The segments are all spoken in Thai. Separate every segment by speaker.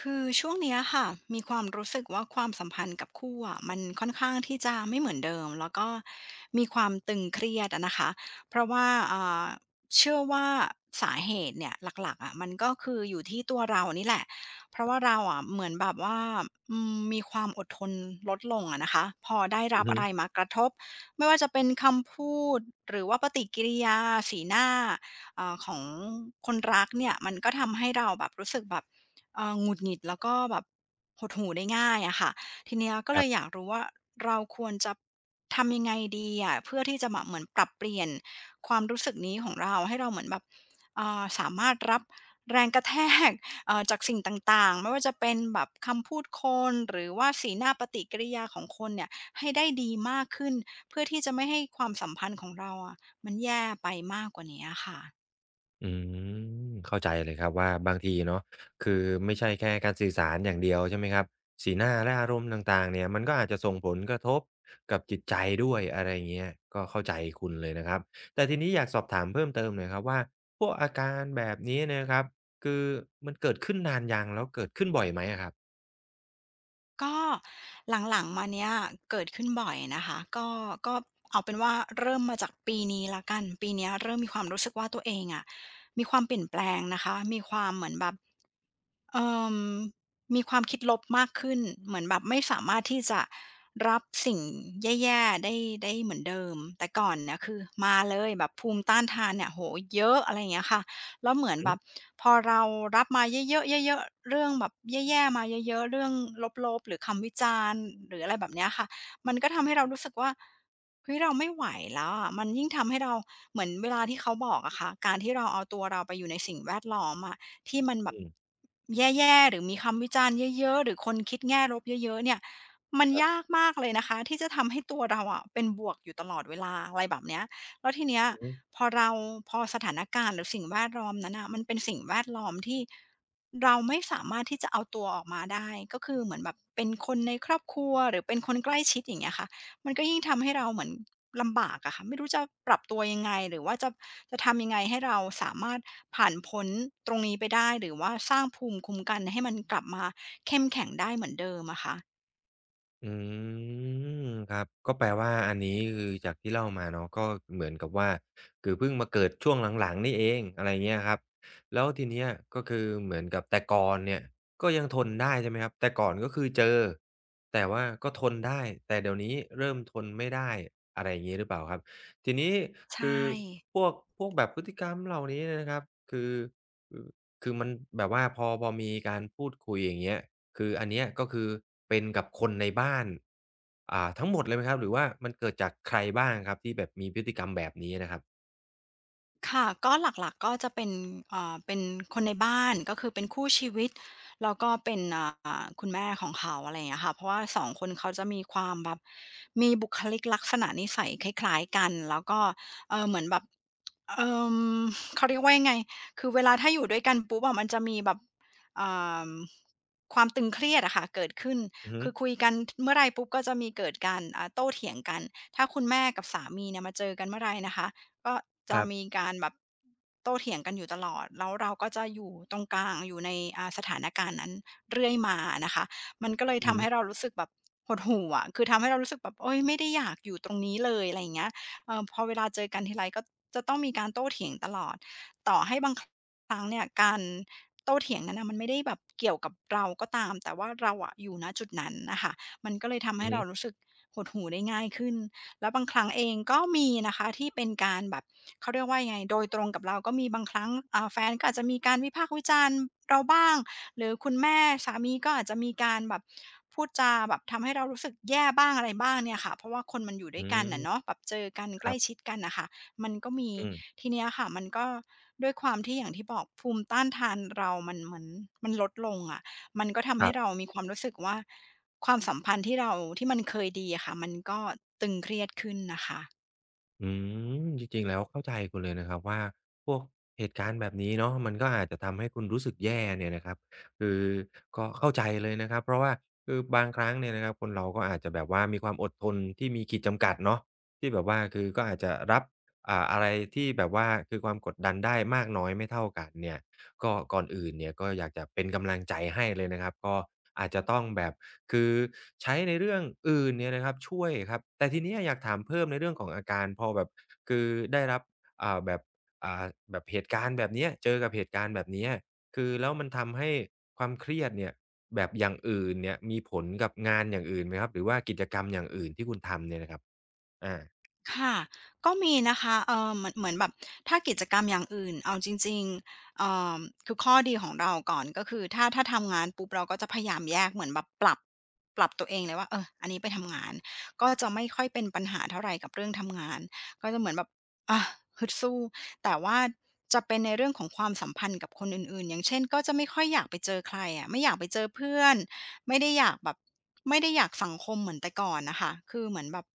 Speaker 1: คือช่วงเนี้ยค่ะมีความรู้สึกว่าความสัมพันธ์กับคู่อะมันค่อนข้างที่จะไม่เหมือนเดิมแล้วก็มีความตึงเครียดอะนะคะเพราะว่าอ่าเชื่อว่าสาเหตุเนี่ยหลักๆอะมันก็คืออยู่ที่ตัวเรานี่แหละเพราะว่าเราอะเหมือนแบบว่ามีความอดทนลดลงอะนะคะพอได้
Speaker 2: อื
Speaker 1: รั
Speaker 2: อ
Speaker 1: บ
Speaker 2: ฮึ
Speaker 1: อะไรมากระทบไม่ว่าจะเป็นคำพูดหรือว่าปฏิกิริยาสีหน้าเอาของคนรักเนี่ยมันก็ทำให้เราแบบรู้สึกแบบ หงุดหงิดแล้วก็แบบหดหู่ได้ง่ายอะค่ะทีเนี้ยก็
Speaker 2: ค
Speaker 1: เล
Speaker 2: รั
Speaker 1: ยอยาก
Speaker 2: บ
Speaker 1: รู้ว่าเราควรจะทำยังไงดีอะเพื่อที่จะแบบเหมือนปรับเปลี่ยนความรู้สึกนี้ของเราให้เราเหมือนแบบสามารถรับแรงกระแทก จากสิ่งต่างๆไม่ว่าจะเป็นแบบคำพูดคนหรือว่าสีหน้าปฏิกิริยาของคนเนี่ยให้ได้ดีมากขึ้นเพื่อที่จะไม่ให้ความสัมพันธ์ของเราอะมันแย่ไปมากกว่านี้ค่ะ
Speaker 2: อืมเข้าใจเลยครับว่าบางทีเนาะคือไม่ใช่แค่การสื่อสารอย่างเดียวใช่ไหมครับสีหน้าและอารมณ์ต่างๆเนี่ยมันก็อาจจะส่งผลกระทบกับจิตใจด้วยอะไรเงี้ยก็เข้าใจคุณเลยนะครับแต่ทีนี้อยากสอบถามเพิ่มเติมหน่อยครับว่าพวกอาการแบบนี้เนี่ยนะครับคือมันเกิดขึ้นนานยังแล้วเกิดขึ้นบ่อยไหมอะครับ
Speaker 1: ก็หลังๆมาเนี้ยเกิดขึ้นบ่อยนะคะก็ก็เอาเป็นว่าเริ่มมาจากปีนี้แล้วกันปีเนี้ยเริ่มมีความรู้สึกว่าตัวเองอะมีความเปลี่ยนแปลงนะคะมีความเหมือนแบบ เอ่อมีความคิดลบมากขึ้นเหมือนแบบไม่สามารถที่จะรับสิ่งแย่ๆได้ได้เหมือนเดิมแต่ก่อนเนี่ยคือมาเลยแบบภูมิต้านทานเนี่ยโอ้โฮเยอะอะไรอย่างเงี้ยค่ะแล้วเหมื
Speaker 2: อื
Speaker 1: อ
Speaker 2: อ
Speaker 1: น
Speaker 2: ฮึ
Speaker 1: แบบพอเรารับมาเยอะๆเยอะๆเรื่องแบบแย่ๆมาเยอะๆเรื่องลบๆหรือคำวิจารณ์หรืออะไรแบบเนี้ยค่ะมันก็ทำให้เรารู้สึกว่าเฮ้ยเราไม่ไหวแล้วอะมันยิ่งทำให้เราเหมือนเวลาที่เขาบอกอะค่ะการที่เราเอาตัวเราไปอยู่ในสิ่งแวดล้อมอะ ที่มันแบ
Speaker 2: อื
Speaker 1: บ
Speaker 2: ม
Speaker 1: แย่ๆหรือมีคำวิจารณ์เยอะๆหรือคนคิดแง่ลบเยอะๆเนี่ยมันยากมากเลยนะคะที่จะทำให้ตัวเราอะเป็นบวกอยู่ตลอดเวลาอะไรแบบเนี้ยแล้วทีเนี้ย
Speaker 2: อือฮึ
Speaker 1: พอเราพอสถานการณ์หรือสิ่งแวดล้อมนั้นน่ะมันเป็นสิ่งแวดล้อมที่เราไม่สามารถที่จะเอาตัวออกมาได้ก็คือเหมือนแบบเป็นคนในครอบครัวหรือเป็นคนใกล้ชิดอย่างเงี้ยค่ะ มันก็ยิ่งทำให้เราเหมือนลำบากอะค่ะไม่รู้จะปรับตัวยังไงหรือว่าจะทำยังไงให้เราสามารถผ่านพ้นตรงนี้ไปได้หรือว่าสร้างภูมิคุ้มกันให้มันกลับมาเข้มแข็งได้เหมือนเดิมอะคะ
Speaker 2: อืมครับก็แปลว่าอันนี้คือจากที่เล่ามาเนาะก็เหมือนกับว่าคือเพิ่งมาเกิดช่วงหลังๆนี่เองอะไรเงี้ยครับแล้วทีเนี้ยก็คือเหมือนกับแต่ก่อนเนี่ยก็ยังทนได้ใช่ไหมครับแต่ก่อนก็คือเจอแต่ว่าก็ทนได้แต่เดี๋ยวนี้เริ่มทนไม่ได้อะไรอย่างงี้หรือเปล่าครับทีนี้
Speaker 1: ใช่
Speaker 2: คือพวกแบบพฤติกรรมเหล่านี้เนี่ยนะครับคืออคือมันแบบว่าพอมีการพูดคุยอย่างเงี้ย คืออันเนี้ยก็คือเป็นกับคนในบ้านทั้งหมดเลยไหมครับหรือว่ามันเกิดจากใครบ้างครับที่แบบมีพฤติกรรมแบบนี้นะครับ
Speaker 1: ค่ะก็หลักๆก็จะเป็นเป็นคนในบ้านก็คือเป็นคู่ชีวิตแล้วก็เป็นอ่าคุณแม่ของเขาอะไรอย่างเงี้ยค่ะเพราะว่าสองคนเขาจะมีความแบบมีบุคลิกลักษณะนิสัยคล้ายๆกันแล้วก็เออเหมือนแบบเออเขาเรียกว่ายังไงคือเวลาถ้าอยู่ด้วยกันปุ๊บอะมันจะมีแบบอ่าความตึงเครียดอะค่ะเกิดขึ้น
Speaker 2: อือฮึ
Speaker 1: คือคุยกันเมื่อไหรปุ๊บก็จะมีเกิดการโต้เถียงกันถ้าคุณแม่กับสามีเนี่ยมาเจอกันเมื่อไหรนะคะ ก็
Speaker 2: ค
Speaker 1: จะ
Speaker 2: รั
Speaker 1: มี
Speaker 2: บ
Speaker 1: การแบบโต้เถียงกันอยู่ตลอดแล้วเราก็จะอยู่ตรงกลางอยู่ในสถานการณ์นั้นเรื่อยมานะคะมันก็เลย
Speaker 2: อือ
Speaker 1: ทำ
Speaker 2: ฮึ
Speaker 1: ให้เรารู้สึกแบบหดหู่อะคือทำให้เรารู้สึกแบบโอ๊ยไม่ได้อยากอยู่ตรงนี้เลยอะไรอย่างเงี้ยพอเวลาเจอกันทีไรก็จะต้องมีการโต้เถียงตลอดต่อให้บางครั้งเนี่ยการโต้เถียงนั้นน่ะมันไม่ได้แบบเกี่ยวกับเราก็ตามแต่ว่าเราอะอยู่ณจุดนั้นน่ะค่ะมันก็เลยทำ
Speaker 2: อื
Speaker 1: ให้
Speaker 2: อฮึ
Speaker 1: เรารู้สึกหดหู่ได้ง่ายขึ้น แล้วบางครั้งเองก็มีนะคะที่เป็นการแบบเขาเรียกว่ายังไงโดยตรงกับเราก็มีบางครั้งแฟนก็อาจจะมีการวิพากษ์วิจารณ์เราบ้างหรือคุณแม่สามีก็อาจจะมีการแบบพูดจาแบบทำให้เรารู้สึกแย่บ้างอะไรบ้างเนี่ยค่ะเพราะว่าคนมันอยู่ด้
Speaker 2: อื
Speaker 1: วยกั
Speaker 2: ม
Speaker 1: นน่ะเนาะแบบเจอกัน
Speaker 2: ค
Speaker 1: ใก
Speaker 2: รั
Speaker 1: ล้
Speaker 2: บ
Speaker 1: ชิดกันน่ะค่ะมันก็มี
Speaker 2: อืม
Speaker 1: ทีเนี้ยค่ะมันก็ด้วยความที่อย่างที่บอกภูมิต้านทานเรามันเหมือนมันลดลงอะมันก็ทำ
Speaker 2: ค
Speaker 1: ให้
Speaker 2: รั
Speaker 1: เรา
Speaker 2: บ
Speaker 1: มีความรู้สึกว่า ความสัมพันธ์ที่เรามันเคยดีอะค่ะมันก็ตึงเครียดขึ้นนะคะ
Speaker 2: อืมจริงๆแล้วเข้าใจคุณเลยนะครับว่าพวกเหตุการณ์แบบนี้เนาะมันก็อาจจะทำให้คุณรู้สึกแย่เนี่ยนะครับคือก็เข้าใจเลยนะครับเพราะว่าคือบางครั้งเนี่ยนะครับคนเราก็อาจจะแบบว่ามีความอดทนที่มีขีดจำกัดเนาะที่แบบว่าคือก็อาจจะรับอะไรที่แบบว่าคือความกดดันได้มากน้อยไม่เท่ากันเนี่ยก็ก่อนอื่นเนี่ยก็อยากจะเป็นกำลังใจให้เลยนะครับก็อาจจะต้องแบบ คือใช้ในเรื่องอื่นเนี่ยนะครับช่วยครับแต่ทีเนี้ยอยากถามเพิ่มในเรื่องของอาการพอแบบคือได้รับแบบอ่าแบบเหตุการณ์แบบเนี้ยเจอกับเหตุการณ์แบบเนี้ยคือแล้วมันทำให้ความเครียดเนี่ยแบบอย่างอื่นเนี่ยมีผลกับงานอย่างอื่นไหมครับหรือว่ากิจกรรมอย่างอื่นที่คุณทำเนี่ยนะครับอา
Speaker 1: ค่ะก็มีนะคะเหมือนแบบถ้ากิจกรรมอย่างอื่นเอาจริงๆอคือข้อดีของเราก่อนก็คือถ้าทำงานปุ๊บเราก็จะพยายามแยกเหมือนแบบปรับตัวเองเลยว่าเอออันนี้ไปทำงานก็จะไม่ค่อยเป็นปัญหาเท่าไรกับเรื่องทำงานก็จะเหมือนแบบอาฮึดสู้แต่ว่าจะเป็นในเรื่องของความสัมพันธ์กับคนอื่นๆอย่างเช่นก็จะไม่ค่อยอยากไปเจอใครอะไม่อยากไปเจอเพื่อน ไม่ได้อยากแบบไม่ได้อยากสังคมเหมือนแต่ก่อนนะคะคือเหมือนแบบ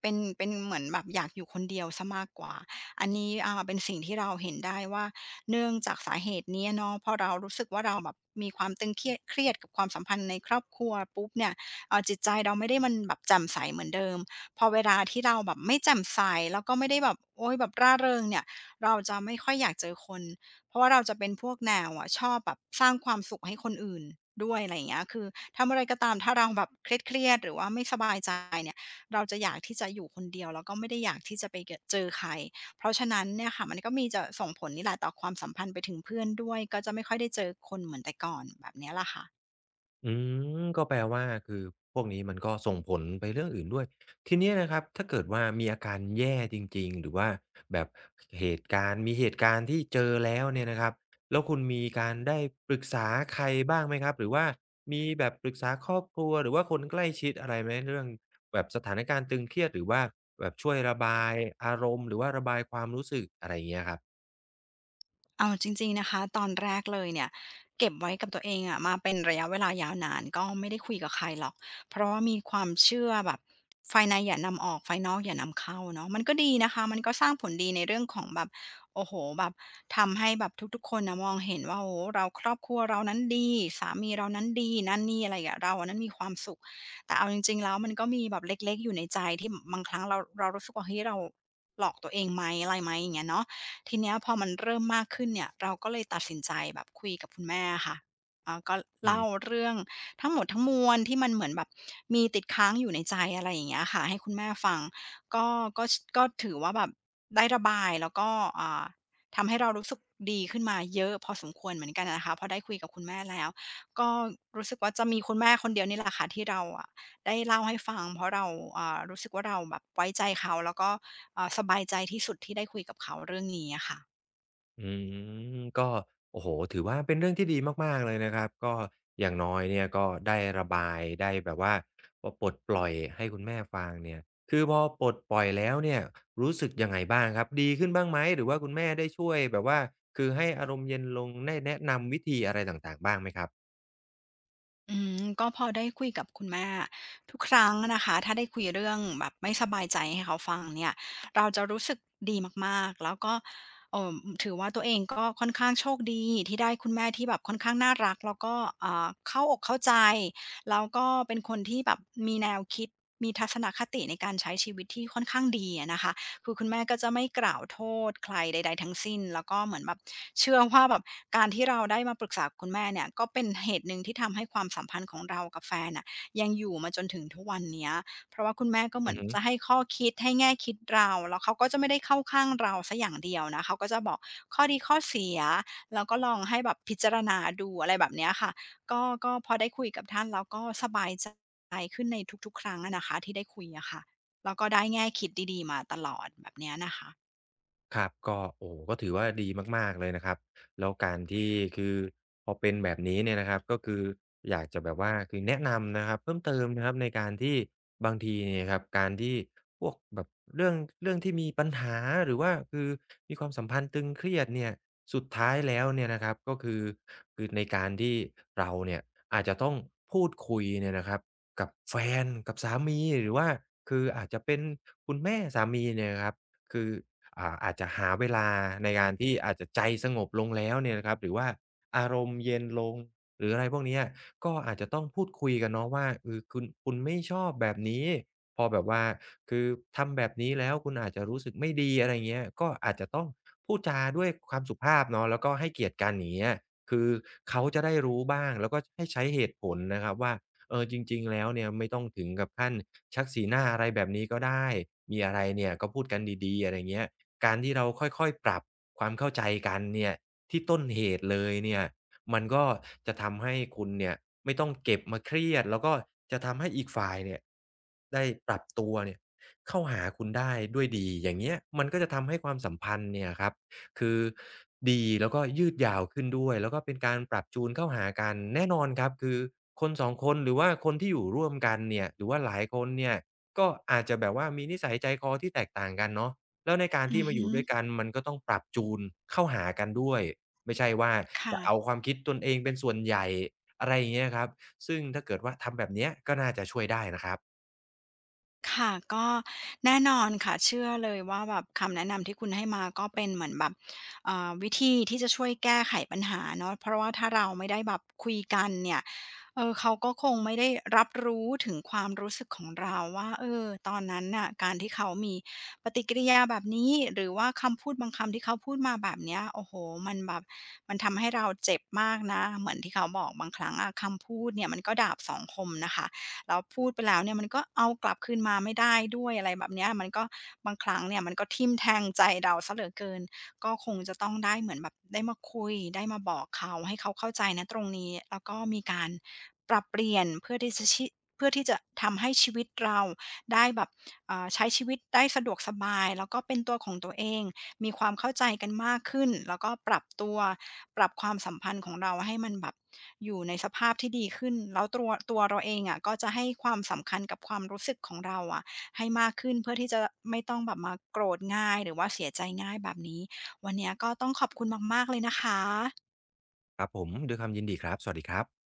Speaker 1: เป็นเหมือนแบบอยากอยู่คนเดียวซสมากกว่าอันนี้เป็นสิ่งที่เราเห็นได้ว่าเนื่องจากสาเหตุนี้เนาะพอเรารู้สึกว่าเราแบบมีความตึงเครียดกับความสัมพันธ์ในครอบครัวปุ๊บเนี่ยจิตใจเราไม่ได้มันแบบแจ่มใสเหมือนเดิมพอเวลาที่เราแบบไม่แจ่มใสแล้วก็ไม่ได้แบบโอ๊ยแบบร่าเริงเนี่ยเราจะไม่ค่อยอยากเจอคน เพราะว่าเราจะเป็นพวกแนวอะชอบแบบสร้างความสุขให้คนอื่นด้วยอะไรอย่างเงี้ยคือทำอะไรก็ตามถ้าเราแบบเครียดๆหรือว่าไม่สบายใจเนี่ยเราจะอยากที่จะอยู่คนเดียวแล้วก็ไม่ได้อยากที่จะไปเกอะเจอใครเพราะฉะนั้นเนี่ยค่ะมันก็มีจะส่งผลนี่แหละต่อความสัมพันธ์ไปถึงเพื่อนด้วยก็จะไม่ค่อยได้เจอคนเหมือนแต่ก่อนแบบเนี้ยล่ะค่ะ
Speaker 2: อืมก็แปลว่าคือพวกนี้มันก็ส่งผลไปเรื่องอื่นด้วยทีเนี้ยนะครับถ้าเกิดว่ามีอาการแย่จริงๆหรือว่าแบบเหตุการณ์มีเหตุการณ์ที่เจอแล้วเนี่ยนะครับแล้วคุณมีการได้ปรึกษาใครบ้างไหมครับหรือว่ามีแบบปรึกษาครอบครัวหรือว่าคนใกล้ชิดอะไรไหมเรื่องแบบสถานการณ์ตึงเครียดหรือว่าแบบช่วยระบายอารมณ์หรือว่าระบายความรู้สึกอะไรอย่างเงี้ยครับ
Speaker 1: เอาจริงๆนะคะตอนแรกเลยเนี่ยเก็บไว้กับตัวเองอะมาเป็นระยะเวลายาวนานก็ไม่ได้คุยกับใครหรอกเพราะว่ามีความเชื่อแบบไฟในอย่านำออกไฟนอกอย่านำเข้าเนาะมันก็ดีนะคะมันก็สร้างผลดีในเรื่องของแบบโอ้โฮแบบทำให้แบบทุกๆคนน่ะมองเห็นว่าโอ้โฮเราครอบครัวเรานั้นดีสามีเรานั้นดีนั่นนี่อะไรอะเราอะนั้นมีความสุขแต่เอาจริงๆแล้วมันก็มีแบบเล็กๆอยู่ในใจที่บบางครั้งเรารู้สึกว่าเฮ้ยเราหลอกตัวเองไหมอะไรไหมอย่างเงี้ยเนาะ ทีเนี้ยพอมันเริ่มมากขึ้นเนี่ยเราก็เลยตัดสินใจแบบคุยกับคุณแม่อะค่ะก็
Speaker 2: อื
Speaker 1: เล่า
Speaker 2: ม
Speaker 1: เรื่องทั้งหมดทั้งมวลที่มันเหมือนแบบมีติดค้างอยู่ในใจอะไรอย่างเงี้ยค่ะให้คุณแม่ฟังก็ก็ถือว่าแบบได้ระบายแล้วก็อ่าทำให้เรารู้สึกดีขึ้นมาเยอะพอสมควรเหมือนกันอะนะคะพอได้คุยกับคุณแม่แล้วก็รู้สึกว่าจะมีคุณแม่คนเดียวนี่แหละค่ะที่เราอะได้เล่าให้ฟังเพราะเรารู้สึกว่าเราแบบไว้ใจเขาแล้วก็ สบายใจที่สุดที่ได้คุยกับเขาเรื่องนี้อะค่ะ
Speaker 2: อืมก็โอ้โฮถือว่าเป็นเรื่องที่ดีมากๆเลยนะครับก็อย่างน้อยเนี่ยก็ได้ระบายได้แบบว่าปลดปล่อยให้คุณแม่ฟังเนี่ยคือพอปลดปล่อยแล้วเนี่ยรู้สึกยังไงบ้างครับดีขึ้นบ้างไหมหรือว่าคุณแม่ได้ช่วยแบบว่าให้อารมณ์เย็นลงได้แนะนำวิธีอะไรต่างๆบ้างไหมครับ
Speaker 1: อืมก็พอได้คุยกับคุณแม่ทุกครั้งนะคะถ้าได้คุยเรื่องแบบไม่สบายใจให้เขาฟังเนี่ยเราจะรู้สึกดีมากๆแล้วก็เอ่อถือว่าตัวเองก็ค่อนข้างโชคดีที่ได้คุณแม่ที่แบบค่อนข้างน่ารักแล้วก็เข้าอกเข้าใจแล้วก็เป็นคนที่แบบมีแนวคิดมีทัศนคติในการใช้ชีวิตที่ค่อนข้างดีอะนะคะ คือคุณแม่ก็จะไม่กล่าวโทษใครใดๆทั้งสิ้นแล้วก็เหมือนแบบเชื่อว่าแบบการที่เราได้มาปรึกษาคุณแม่เนี่ยก็เป็นเหตุหนึ่งที่ทำให้ความสัมพันธ์ของเรากับแฟนน่ะยังอยู่มาจนถึงทุกวันเนี้ยเพราะว่าคุณแม่ก็เห
Speaker 2: อื
Speaker 1: มือน
Speaker 2: อฮึ
Speaker 1: จะให้ข้อคิดให้แง่คิดเราแล้วเขาก็จะไม่ได้เข้าข้างเราเสียอย่างเดียวนะเขาก็จะบอกข้อดีข้อเสียแล้วก็ลองให้แบบพิจารณาดูอะไรแบบเนี้ยค่ะก็ก็พอได้คุยกับท่านแล้วก็สบายใจขึ้นในทุกๆครั้งอะนะคะที่ได้คุยอะค่ะ แล้วก็ได้แง่คิดดีๆมาตลอดแบบเนี้ยนะคะ
Speaker 2: ครับก็โอ้โฮก็ถือว่าดีมากๆเลยนะครับแล้วการที่คือพอเป็นแบบนี้เนี่ยนะครับก็คืออยากจะแบบว่าคือแนะนำนะครับเพิ่มเติมนะครับในการที่บางทีเนี่ยครับการที่พวกแบบเรื่องที่มีปัญหาหรือว่าคือมีความสัมพันธ์ตึงเครียดเนี่ยสุดท้ายแล้วเนี่ยนะครับก็คือคือในการที่เราเนี่ยอาจจะต้องพูดคุยเนี่ยนะครับกับแฟนกับสามีหรือว่าคืออาจจะเป็นคุณแม่สามีเนี่ยนะครับคือ อ่าอาจจะหาเวลาในการที่อาจจะใจสงบลงแล้วเนี่ยนะครับหรือว่าอารมณ์เย็นลงหรืออะไรพวกเนี้ยก็อาจจะต้องพูดคุยกันเนาะว่าเออคุณไม่ชอบแบบนี้พอแบบว่าคือทำแบบนี้แล้วคุณอาจจะรู้สึกไม่ดีอะไรเงี้ยก็อาจจะต้องพูดจาด้วยความสุภาพเนาะแล้วก็ให้เกียรติกันอย่างเงี้ยคือเขาจะได้รู้บ้างแล้วก็ให้ใช้เหตุผลนะครับว่าเออจริงๆแล้วเนี่ยไม่ต้องถึงกับขั้นชักสีหน้าอะไรแบบนี้ก็ได้มีอะไรเนี่ยก็พูดกันดีๆอะไรเงี้ย การที่เราค่อยๆ ปรับความเข้าใจกันเนี่ยที่ต้นเหตุเลยเนี่ยมันก็จะทำให้คุณเนี่ยไม่ต้องเก็บมาเครียดแล้วก็จะทำให้อีกฝ่ายเนี่ยได้ปรับตัวเนี่ยเข้าหาคุณได้ด้วยดีอย่างเงี้ยมันก็จะทำให้ความสัมพันธ์เนี่ยครับคือดีแล้วก็ยืดยาวขึ้นด้วยแล้วก็เป็นการปรับจูนเข้าหากันแน่นอนครับคือคน2คนหรือว่าคนที่อยู่ร่วมกันเนี่ยหรือว่าหลายคนเนี่ยก็อาจจะแบบว่ามีนิสัยใจคอที่แตกต่างกันเนาะ แล้วในการ
Speaker 1: อื
Speaker 2: ที่
Speaker 1: อ
Speaker 2: มาอ
Speaker 1: ฮึ
Speaker 2: ยู่ด้วยกันมันก็ต้องปรับจูนเข้าหากันด้วยไม่ใช่ว่าจะเอา
Speaker 1: ค่ะ
Speaker 2: ความคิดตนเองเป็นส่วนใหญ่อะไรอย่างเงี้ยครับซึ่งถ้าเกิดว่าทำแบบเนี้ยก็น่าจะช่วยได้นะครับ
Speaker 1: ค่ะก็แน่นอนค่ะเชื่อเลยว่าแบบคำแนะนำที่คุณให้มาก็เป็นเหมือนแบบวิธีที่จะช่วยแก้ไขปัญหาเนาะเพราะว่าถ้าเราไม่ได้แบบคุยกันเนี่ยเออเขาก็คงไม่ได้รับรู้ถึงความรู้สึกของเราว่าเออตอนนั้นน่ะการที่เขามีปฏิกิริยาแบบนี้หรือว่าคำพูดบางคำที่เขาพูดมาแบบเนี้ยโอ้โหมันแบบมันทำให้เราเจ็บมากนะเหมือนที่เขาบอกบางครั้งอะคำพูดเนี่ยมันก็ดาบสองคมนะคะ แล้วพูดไปแล้วเนี่ยมันก็เอากลับคืนมาไม่ได้ด้วยอะไรแบบเนี้ยมันก็บางครั้งเนี่ยมันก็ทิ่มแทงใจเราเสียเหลือเกินก็คงจะต้องได้เหมือนแบบได้มาคุยได้มาบอกเขาให้เขาเข้าใจณตรงนี้แล้วก็มีการปรับเปลี่ยนเพื่อที่จะทำให้ชีวิตเราได้แบบใช้ชีวิตได้สะดวกสบายแล้วก็เป็นตัวของตัวเอง มีความเข้าใจกันมากขึ้นแล้วก็ปรับตัวปรับความสัมพันธ์ของเราให้มันแบบอยู่ในสภาพที่ดีขึ้นแล้วตัวเราเองอะก็จะให้ความสำคัญกับความรู้สึกของเราอะให้มากขึ้นเพื่อที่จะไม่ต้องแบบมาโกรธง่ายหรือว่าเสียใจง่ายแบบนี้วันเนี้ยก็ต้องขอบคุณมากๆเลยนะคะ
Speaker 2: ครับผมด้วยความยินดีครับสวัสดีครับ